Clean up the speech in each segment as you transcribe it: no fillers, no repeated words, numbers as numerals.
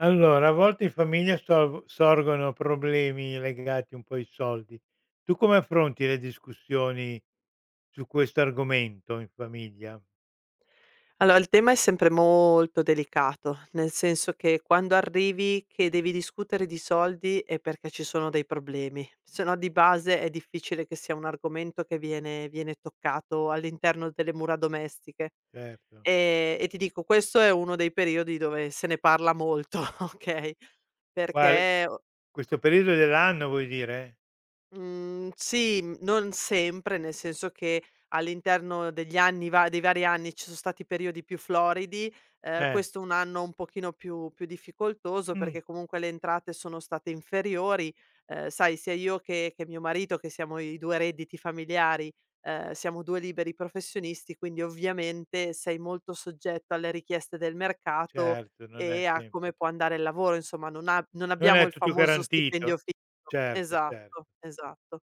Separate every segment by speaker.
Speaker 1: Allora, a volte in famiglia sol sorgono problemi legati un po' ai soldi. Tu come affronti le discussioni su questo argomento in famiglia?
Speaker 2: Allora, il tema è sempre molto delicato, nel senso che quando arrivi che devi discutere di soldi è perché ci sono dei problemi, se no di base è difficile che sia un argomento che viene toccato all'interno delle mura domestiche.
Speaker 1: Certo.
Speaker 2: E ti dico, questo è uno dei periodi dove se ne parla molto, ok?
Speaker 1: Quale
Speaker 2: Perché.
Speaker 1: questo periodo dell'anno vuoi dire?
Speaker 2: Mhmm, sì, mhmm, non sempre, nel senso che all'interno degli anni va dei vari anni ci sono stati periodi più floridi.
Speaker 1: Eh.
Speaker 2: Questo è un anno un pochino più difficoltoso
Speaker 1: Mh,
Speaker 2: perché comunque le entrate sono state inferiori. Sai, sia io che mio marito, che siamo i 2 redditi familiari, siamo 2 liberi professionisti, quindi ovviamente sei molto soggetto alle richieste del mercato
Speaker 1: certo, non è
Speaker 2: e a
Speaker 1: sempre.
Speaker 2: come può andare il lavoro, insomma non
Speaker 1: Non
Speaker 2: abbiamo
Speaker 1: è
Speaker 2: il
Speaker 1: tutto
Speaker 2: famoso
Speaker 1: garantito.
Speaker 2: stipendio fi
Speaker 1: Certo, certo.
Speaker 2: Esatto, esatto.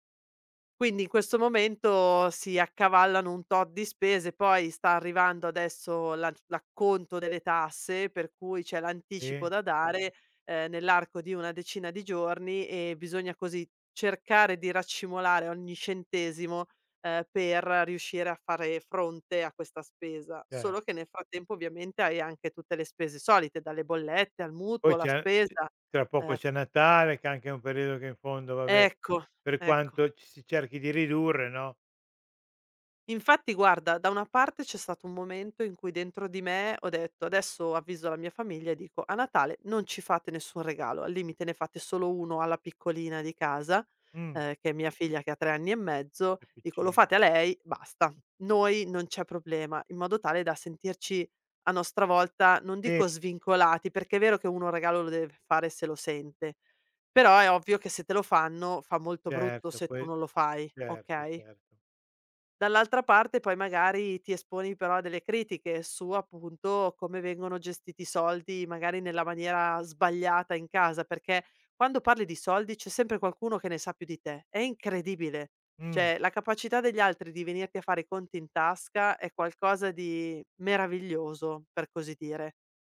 Speaker 2: Quindi in questo momento si accavallano un tot di spese, poi sta arrivando adesso l'acconto delle tasse, per cui c'è l'anticipo
Speaker 1: Sì,
Speaker 2: da dare, nell'arco di una decina di giorni, e bisogna così cercare di raccimolare ogni centesimo, per riuscire a fare fronte a questa spesa.
Speaker 1: cer
Speaker 2: Solo che nel frattempo ovviamente hai anche tutte le spese solite, dalle bollette al
Speaker 1: poi
Speaker 2: mutuo, la
Speaker 1: c'è c
Speaker 2: spesa.
Speaker 1: tra poco
Speaker 2: F
Speaker 1: c'è Natale, che anche è un periodo che in fondo, vabbè,
Speaker 2: Ecco,
Speaker 1: per
Speaker 2: ecco.
Speaker 1: quanto ci si cerchi di ridurre, no,
Speaker 2: Infatti guarda, da una parte c'è stato un momento in cui dentro di me ho detto: "Adesso avviso la mia famiglia e dico: a Natale non ci fate nessun regalo, al limite ne fate solo uno alla piccolina di casa",
Speaker 1: mh,
Speaker 2: che è mia figlia che ha 3 anni e mezzo.
Speaker 1: che
Speaker 2: Dico: "Lo
Speaker 1: piccina.
Speaker 2: fate a lei, basta. Noi non c'è problema", in modo tale da sentirci a nostra volta, non
Speaker 1: Sì,
Speaker 2: dico svincolati, perché è vero che uno un regalo lo deve fare se lo sente, però è ovvio che se te lo fanno fa molto brutto
Speaker 1: certo,
Speaker 2: se tu
Speaker 1: poi
Speaker 2: non lo fai,
Speaker 1: certo,
Speaker 2: okay?
Speaker 1: certo.
Speaker 2: Dall'altra parte poi magari ti esponi però a delle critiche su, appunto, come vengono gestiti i soldi, magari nella maniera sbagliata in casa, perché quando parli di soldi c'è sempre qualcuno che ne sa più di te. È incredibile.
Speaker 1: Mh,
Speaker 2: Cioè, la capacità degli altri di venirti a fare i conti in tasca è qualcosa di meraviglioso, per così dire.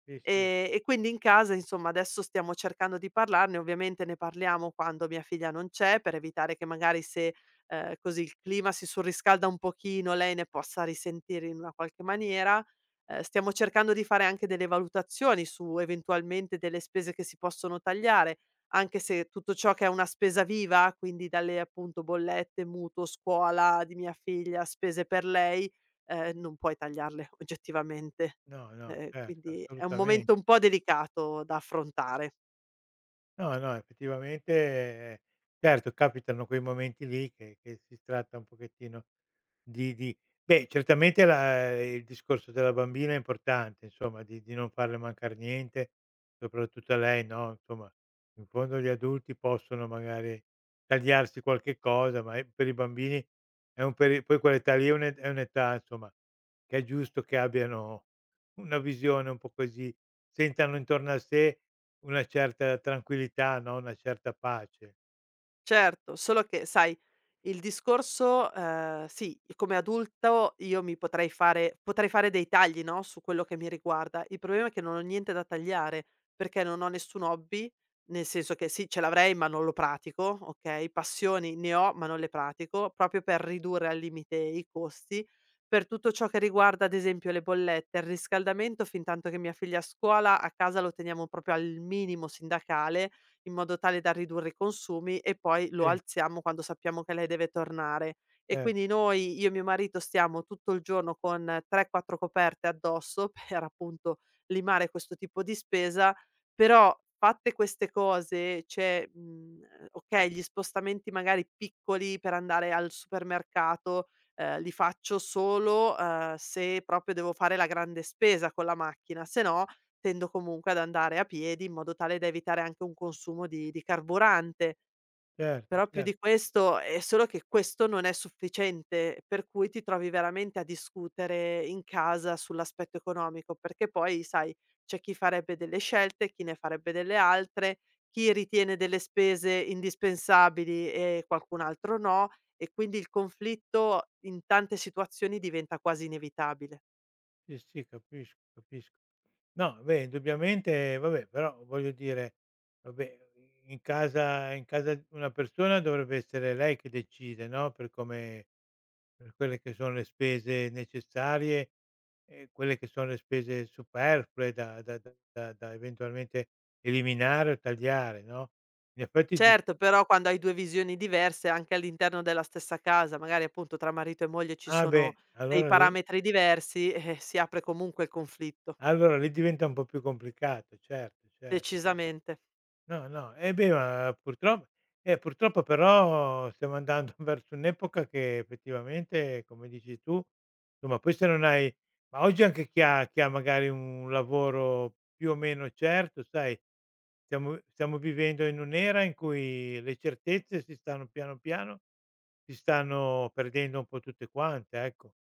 Speaker 1: sì, sì.
Speaker 2: E quindi in casa, insomma, adesso stiamo cercando di parlarne, ovviamente ne parliamo quando mia figlia non c'è, per evitare che magari se, così il clima si surriscalda un pochino, lei ne possa risentire in una qualche maniera. Stiamo cercando di fare anche delle valutazioni su eventualmente delle spese che si possono tagliare, anche se tutto ciò che è una spesa viva, quindi dalle appunto bollette, mutuo, scuola di mia figlia, spese per lei, non puoi tagliarle oggettivamente.
Speaker 1: No, no, certo,
Speaker 2: Quindi è un
Speaker 1: assolutamente.
Speaker 2: momento un po' delicato da affrontare.
Speaker 1: No, no, effettivamente eh, certo capitano quei momenti lì che si tratta un pochettino. Di Beh, certamente la il discorso della bambina è importante, insomma, di non farle mancar niente, soprattutto a lei, no, insomma, in fondo gli adulti possono magari tagliarsi qualche cosa, ma è per i bambini, è un peri poi quell'età lì è un'età, insomma, che è giusto che abbiano una visione un po' così, sentano intorno a sé una certa tranquillità, no, una certa pace.
Speaker 2: Certo, solo che sai, il discorso sì, come adulto io mi potrei fare dei tagli, no, su quello che mi riguarda. Il problema è che non ho niente da tagliare, perché non ho nessun hobby, nel senso che sì, ce l'avrei ma non lo pratico, okay, passioni ne ho ma non le pratico, proprio per ridurre al limite i costi. Per tutto ciò che riguarda, ad esempio, le bollette, il riscaldamento, fintanto che mia figlia è a scuola, a casa lo teniamo proprio al minimo sindacale, in modo tale da ridurre i consumi, e poi lo
Speaker 1: Sì,
Speaker 2: alziamo quando sappiamo che lei deve tornare. E
Speaker 1: cer
Speaker 2: quindi noi, io e mio marito, stiamo tutto il giorno con 3, 4 coperte addosso per appunto limare questo tipo di spesa. Però fatte queste cose, cioè, mhmm, okay, gli spostamenti magari piccoli per andare al supermercato, li faccio solo, se proprio devo fare la grande spesa con la macchina, se no tendo comunque ad andare a piedi in modo tale da evitare anche un consumo di carburante.
Speaker 1: certo,
Speaker 2: Però più
Speaker 1: cer
Speaker 2: di questo, è solo che questo non è sufficiente, per cui ti trovi veramente a discutere in casa sull'aspetto economico, perché poi sai, c'è chi farebbe delle scelte, chi ne farebbe delle altre, chi ritiene delle spese indispensabili e qualcun altro no, e quindi il conflitto in tante situazioni diventa quasi inevitabile.
Speaker 1: sì, sì, capisco, capisco. No, beh, indubbiamente vabbè, però voglio dire, vabbè, in casa di una persona dovrebbe essere lei che decide, no, per come, per quelle che sono le spese necessarie e quelle che sono le spese superflue da eventualmente eliminare o tagliare, no. In effetti dis
Speaker 2: Certo, però quando hai 2 visioni diverse anche all'interno della stessa casa, magari appunto tra marito e moglie ci
Speaker 1: Ah,
Speaker 2: sono
Speaker 1: beh,
Speaker 2: dei parametri diversi, si apre comunque il conflitto,
Speaker 1: allora lì diventa un po' più complicato, certo, cer
Speaker 2: decisamente.
Speaker 1: no, no, purtroppo però stiamo andando verso un'epoca che effettivamente, come dici tu, insomma poi se non hai, ma oggi anche chi ha magari un lavoro più o meno certo, sai, stiamo vivendo in un'era in cui le certezze si stanno perdendo un po' tutte quante, ecco.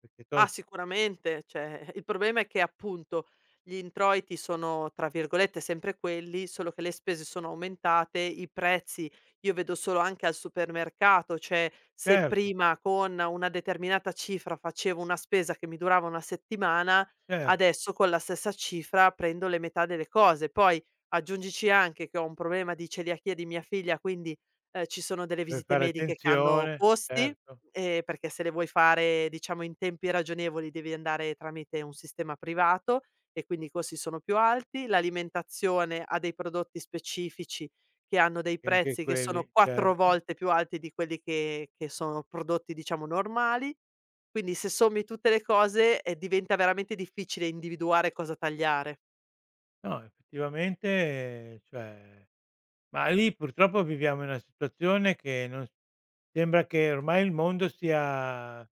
Speaker 1: Perché
Speaker 2: Ah,
Speaker 1: to
Speaker 2: sicuramente, cioè, il problema è che appunto gli introiti sono, tra virgolette, "sempre quelli", solo che le spese sono aumentate, i prezzi. Io vedo solo anche al supermercato, cioè se
Speaker 1: Certo,
Speaker 2: prima con una determinata cifra facevo una spesa che mi durava 1 settimana,
Speaker 1: cer
Speaker 2: adesso con la stessa cifra prendo le metà delle cose. Poi aggiungici anche che ho un problema di celiachia di mia figlia, quindi, ci sono delle
Speaker 1: per
Speaker 2: visite
Speaker 1: fare
Speaker 2: mediche che hanno
Speaker 1: attenzione,
Speaker 2: costi.
Speaker 1: certo,
Speaker 2: Perché se le vuoi fare diciamo in tempi ragionevoli, devi andare tramite un sistema privato, e quindi i costi sono più alti, l'alimentazione ha dei prodotti specifici che hanno dei
Speaker 1: che anche
Speaker 2: prezzi che sono
Speaker 1: quelli
Speaker 2: 4
Speaker 1: certo.
Speaker 2: volte più alti di quelli che sono prodotti diciamo normali. Quindi se sommi tutte le cose, diventa veramente difficile individuare cosa tagliare.
Speaker 1: No, effettivamente, cioè, ma lì purtroppo viviamo in una situazione che non s sembra che ormai il mondo sia,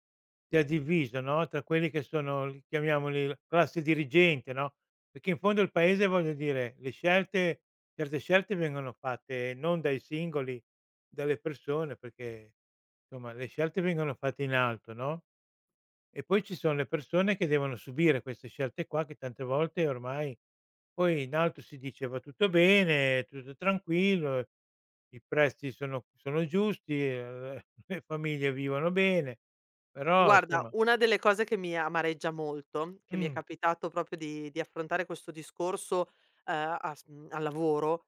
Speaker 1: sia diviso, no, tra quelli che sono, li chiamiamoli la classe dirigente, no, perché in fondo il paese, voglio dire, le scelte, certe scelte vengono fatte non dai singoli, dalle persone, perché insomma le scelte vengono fatte in alto, no? E poi ci son le persone che devono subire queste scelte qua, che tante volte ormai poi in alto si dice: "Va tutto bene, tutto tranquillo, i prezzi sono giusti, le famiglie vivono bene", però
Speaker 2: Guarda,
Speaker 1: insomma
Speaker 2: una delle cose che mi amareggia molto, che mi è
Speaker 1: mh,
Speaker 2: capitato proprio di affrontare questo discorso, al lavoro,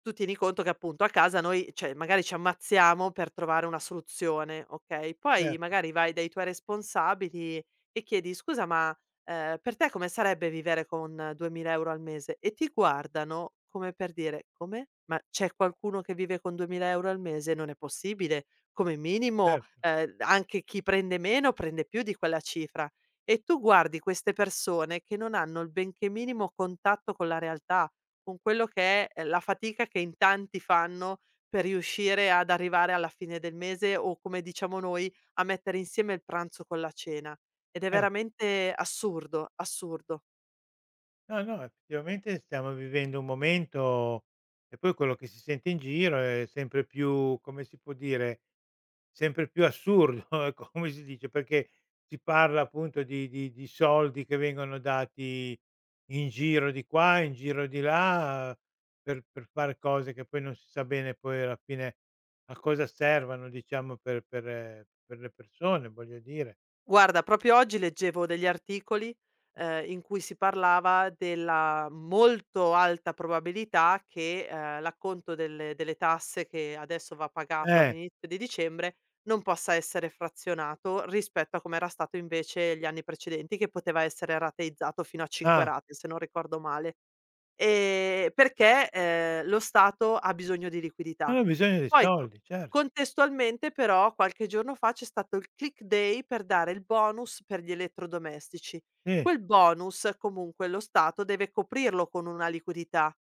Speaker 2: tu tieni conto che appunto a casa noi, cioè magari ci ammazziamo per trovare una soluzione, okay, poi
Speaker 1: certo,
Speaker 2: magari vai dai tuoi responsabili e chiedi: "Scusa, ma per te come sarebbe vivere con 2000 € al mese?" E ti guardano come per dire: "Come? Ma c'è qualcuno che vive con 2000 € al mese? Non è possibile. Come minimo,
Speaker 1: certo,
Speaker 2: anche chi prende meno prende più di quella cifra." E tu guardi queste persone che non hanno il benché minimo contatto con la realtà, con quello che è la fatica che in tanti fanno per riuscire ad arrivare alla fine del mese o, come diciamo noi, a mettere insieme il pranzo con la cena. Ed è
Speaker 1: cer
Speaker 2: veramente assurdo, assurdo.
Speaker 1: no, no, effettivamente stiamo vivendo un momento, e poi quello che si sente in giro è sempre più, come si può dire, sempre più assurdo, ecco, come si dice, perché si parla appunto di soldi che vengono dati in giro di qua, in giro di là, per fare cose che poi non si sa bene poi alla fine a cosa servano, diciamo, per per le persone, voglio dire.
Speaker 2: Guarda, proprio oggi leggevo degli articoli in cui si parlava della molto alta probabilità che, l'acconto delle tasse, che adesso va pagato
Speaker 1: Eh,
Speaker 2: all'inizio di dicembre, non possa essere frazionato rispetto a com'era stato invece gli anni precedenti, che poteva essere rateizzato fino a 5
Speaker 1: ah,
Speaker 2: rate, se non ricordo male. Perché lo Stato ha bisogno di liquidità.
Speaker 1: hanno bisogno dei
Speaker 2: Poi co
Speaker 1: soldi, certo,
Speaker 2: Contestualmente però qualche giorno fa c'è stato il click day per dare il bonus per gli elettrodomestici.
Speaker 1: sì,
Speaker 2: Quel bonus comunque lo Stato deve coprirlo con una liquidità.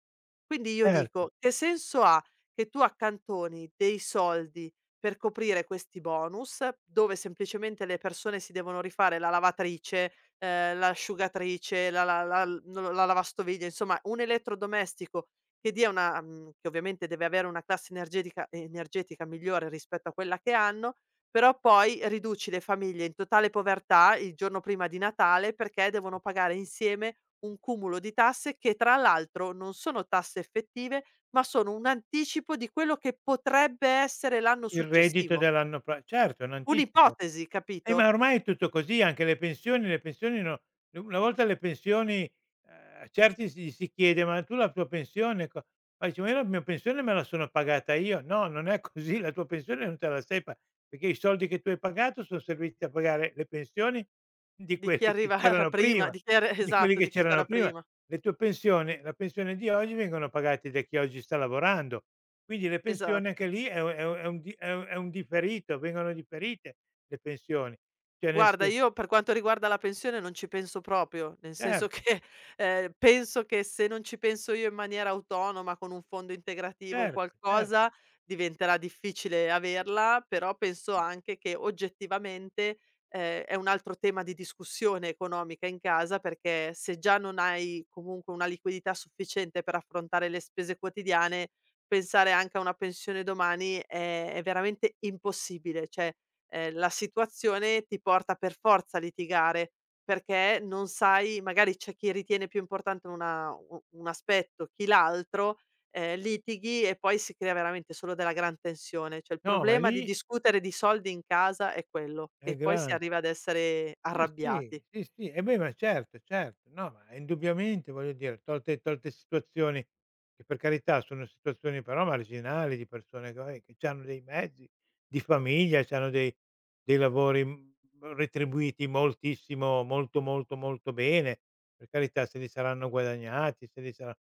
Speaker 2: Quindi io
Speaker 1: certo.
Speaker 2: dico: che senso ha che tu accantoni dei soldi per coprire questi bonus, dove semplicemente le persone si devono rifare la lavatrice, l'asciugatrice, la la la l no, la lavastoviglie, insomma un elettrodomestico che ovviamente deve avere una classe energetica migliore rispetto a quella che hanno, però poi riduci le famiglie in totale povertà il giorno prima di Natale, perché devono pagare insieme un cumulo di tasse che tra l'altro non sono tasse effettive, ma sono un anticipo di quello che potrebbe essere l'anno
Speaker 1: Il reddito
Speaker 2: successivo.
Speaker 1: dell'anno pro Certo, è un anticipo.
Speaker 2: Un'ipotesi, capito?
Speaker 1: Ma ormai è tutto così, anche le pensioni no, una volta le pensioni, ehm, a certi si chiede: "Ma tu la tua pensione co", ma dice: "Ma io la mia pensione me la sono pagata io". No, non è così, la tua pensione non te la sei pa perché i soldi che tu hai pagato son serviti a pagare le pensioni di
Speaker 2: Di chi
Speaker 1: quelli che
Speaker 2: arriva
Speaker 1: c'erano
Speaker 2: prima,
Speaker 1: prima,
Speaker 2: di chi era,
Speaker 1: di quelli
Speaker 2: esatto,
Speaker 1: che
Speaker 2: di chi
Speaker 1: c'erano
Speaker 2: c'era
Speaker 1: prima.
Speaker 2: prima.
Speaker 1: Le tue pensioni La pensione di oggi vengono pagati da chi oggi sta lavorando, quindi le pensioni anche
Speaker 2: Esatto.
Speaker 1: lì è u è u è un di è u è un differito, vengono differite. Le pensioni, cioè nel
Speaker 2: Guarda,
Speaker 1: senso,
Speaker 2: io per quanto riguarda la pensione non ci penso proprio, nel senso
Speaker 1: certo,
Speaker 2: che, penso che se non ci penso io in maniera autonoma con un fondo integrativo o
Speaker 1: certo, cer
Speaker 2: qualcosa, diventerà difficile averla. Però penso anche che oggettivamente, è un altro tema di discussione economica in casa, perché se già non hai comunque una liquidità sufficiente per affrontare le spese quotidiane, pensare anche a una pensione domani è veramente impossibile. Cioè, la situazione ti porta per forza a litigare, perché non sai, magari c'è chi ritiene più importante una u un aspetto, chi l'altro, litighi e poi si crea veramente solo della gran tensione. Cioè, il
Speaker 1: no, ma
Speaker 2: problema di
Speaker 1: lì
Speaker 2: discutere di soldi in casa è quello,
Speaker 1: è
Speaker 2: che poi si
Speaker 1: gran,
Speaker 2: arriva ad essere
Speaker 1: sì,
Speaker 2: arrabbiati.
Speaker 1: sì, sì, sì. E beh, ma certo, certo. No, ma indubbiamente, voglio dire, tolte situazioni che per carità sono situazioni però marginali, di persone che vai che c'hanno dei mezzi, di famiglia, c'hanno dei, dei lavori, mhmm, retribuiti moltissimo molto, molto, molto bene. Per carità se li saranno guadagnati, se li sarà,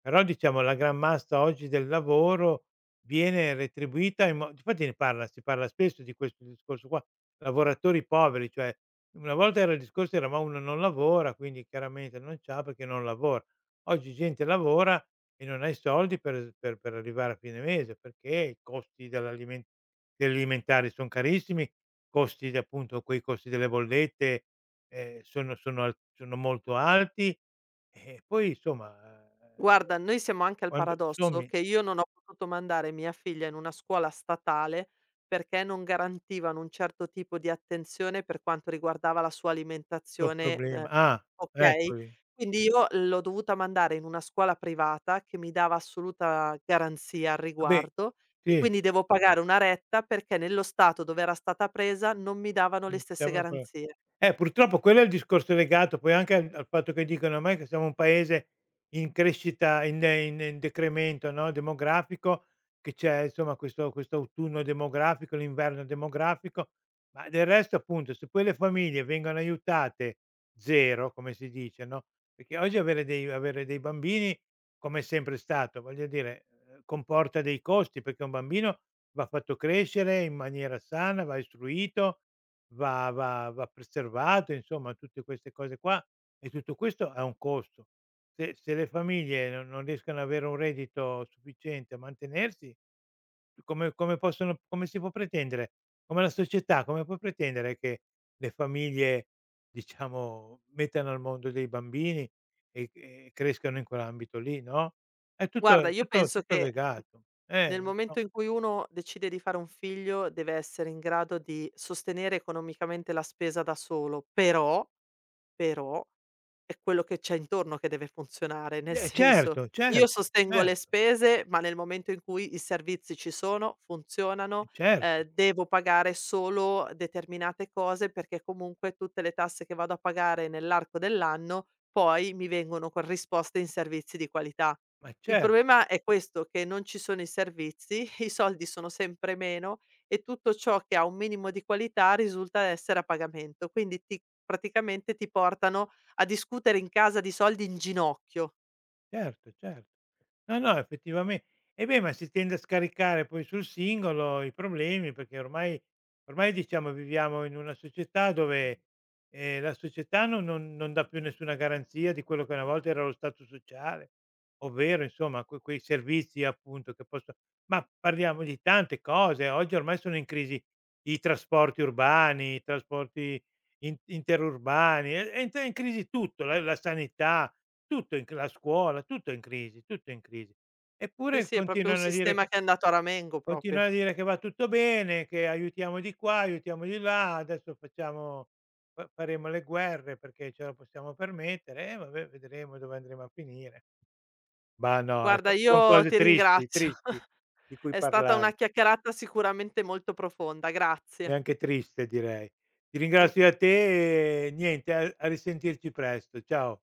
Speaker 1: però diciamo la gran massa oggi del lavoro viene retribuita in mo difatti ne parla si parla spesso di questo discorso qua, lavoratori poveri, cioè una volta era il discorso era: ma uno non lavora, quindi chiaramente non c'ha perché non lavora. Oggi gente lavora e non ha i soldi per arrivare a fine mese, perché i costi dell'alimen degli alimentari son carissimi, costi di appunto quei costi delle bollette, sono molto alti, e poi insomma, ehm,
Speaker 2: Guarda, noi siamo anche al
Speaker 1: quando
Speaker 2: paradosso
Speaker 1: sommi, il
Speaker 2: che io non ho potuto mandare mia figlia in una scuola statale, perché non garantivano un certo tipo di attenzione per quanto riguardava la sua
Speaker 1: tuo
Speaker 2: alimentazione.
Speaker 1: problema ah,
Speaker 2: Okay,
Speaker 1: eccoli.
Speaker 2: quindi io l'ho dovuta mandare in una scuola privata che mi dava assoluta garanzia al
Speaker 1: Vabbè,
Speaker 2: riguardo, e
Speaker 1: sì,
Speaker 2: quindi devo pagare una retta perché nello Stato dove era stata presa non mi davano le
Speaker 1: non
Speaker 2: stesse
Speaker 1: stiamo ancora-
Speaker 2: garanzie.
Speaker 1: eh, purtroppo quello è il discorso legato poi anche al fatto che dicono ormai che siamo un paese in crescita, in decremento, no, demografico, che c'è insomma questo autunno demografico, l'inverno demografico, ma del resto appunto se poi le famiglie vengono aiutate 0, come si dice, no, perché oggi avere dei bambini, come è sempre stato, voglio dire, comporta dei costi, perché un bambino va fatto crescere in maniera sana, va istruito, va preservato, insomma tutte queste cose qua, e tutto questo ha un costo. Se le famiglie non riescono ad avere un reddito sufficiente a mantenersi, come si può pretendere, come la società, come può pretendere che le famiglie, diciamo, mettano al mondo dei bambini e crescano in quell'ambito lì, no, è tutto
Speaker 2: Guarda,
Speaker 1: è
Speaker 2: io
Speaker 1: tutto
Speaker 2: penso
Speaker 1: tutto
Speaker 2: che n
Speaker 1: legato.
Speaker 2: nel
Speaker 1: Lo so.
Speaker 2: momento in cui uno decide di fare un figlio deve essere in grado di sostenere economicamente la spesa da solo. Però è quello che c'è intorno che deve funzionare, nel senso,
Speaker 1: Certo,
Speaker 2: io
Speaker 1: certo,
Speaker 2: sostengo le
Speaker 1: certo,
Speaker 2: spese, ma nel momento in cui i servizi ci sono,
Speaker 1: e
Speaker 2: funzionano,
Speaker 1: certo,
Speaker 2: devo pagare solo determinate cose perché comunque tutte le tasse che vado a pagare nell'arco dell'anno, poi mi vengono corrisposte in servizi di qualità.
Speaker 1: ma
Speaker 2: Il
Speaker 1: certo.
Speaker 2: problema è questo, che non ci sono i servizi, i soldi sono sempre meno, e tutto ciò che ha un minimo di qualità risulta essere a pagamento. Quindi ti praticamente ti portano a discutere in casa di soldi in ginocchio.
Speaker 1: Certo, certo. No, no, effettivamen E beh, ma si tende a scaricare poi sul singolo i problemi, perché ormai, ormai diciamo viviamo in una società dove, la società non dà più nessuna garanzia di quello che una volta era lo stato sociale, ovvero insomma quei servizi appunto che posso, ma parliamo di tante cose, oggi ormai sono in crisi i trasporti urbani, i trasporti in interurbani, è in crisi tutto, la sanità, tutto in c la scuola, tutto è in crisi, tutto è in crisi.
Speaker 2: Sì,
Speaker 1: Eppure
Speaker 2: sì, è proprio un
Speaker 1: continuano a dire
Speaker 2: sistema
Speaker 1: che,
Speaker 2: che è andato a ramengo proprio.
Speaker 1: continuano a dire che va tutto bene, che aiutiamo di qua, aiutiamo di là, adesso facciamo, fa faremo le guerre perché ce lo possiamo permettere, e vabbè vedremo dove andremo a finire. Ma no,
Speaker 2: Guarda,
Speaker 1: so son
Speaker 2: io
Speaker 1: cose
Speaker 2: ti
Speaker 1: tristi,
Speaker 2: ringrazio.
Speaker 1: tristi di cui
Speaker 2: È stata una
Speaker 1: parlare,
Speaker 2: chiacchierata sicuramente molto profonda,
Speaker 1: e
Speaker 2: grazie.
Speaker 1: anche triste direi. Ti
Speaker 2: Mh.
Speaker 1: ringrazio a te e niente, a risentirci presto. Ciao.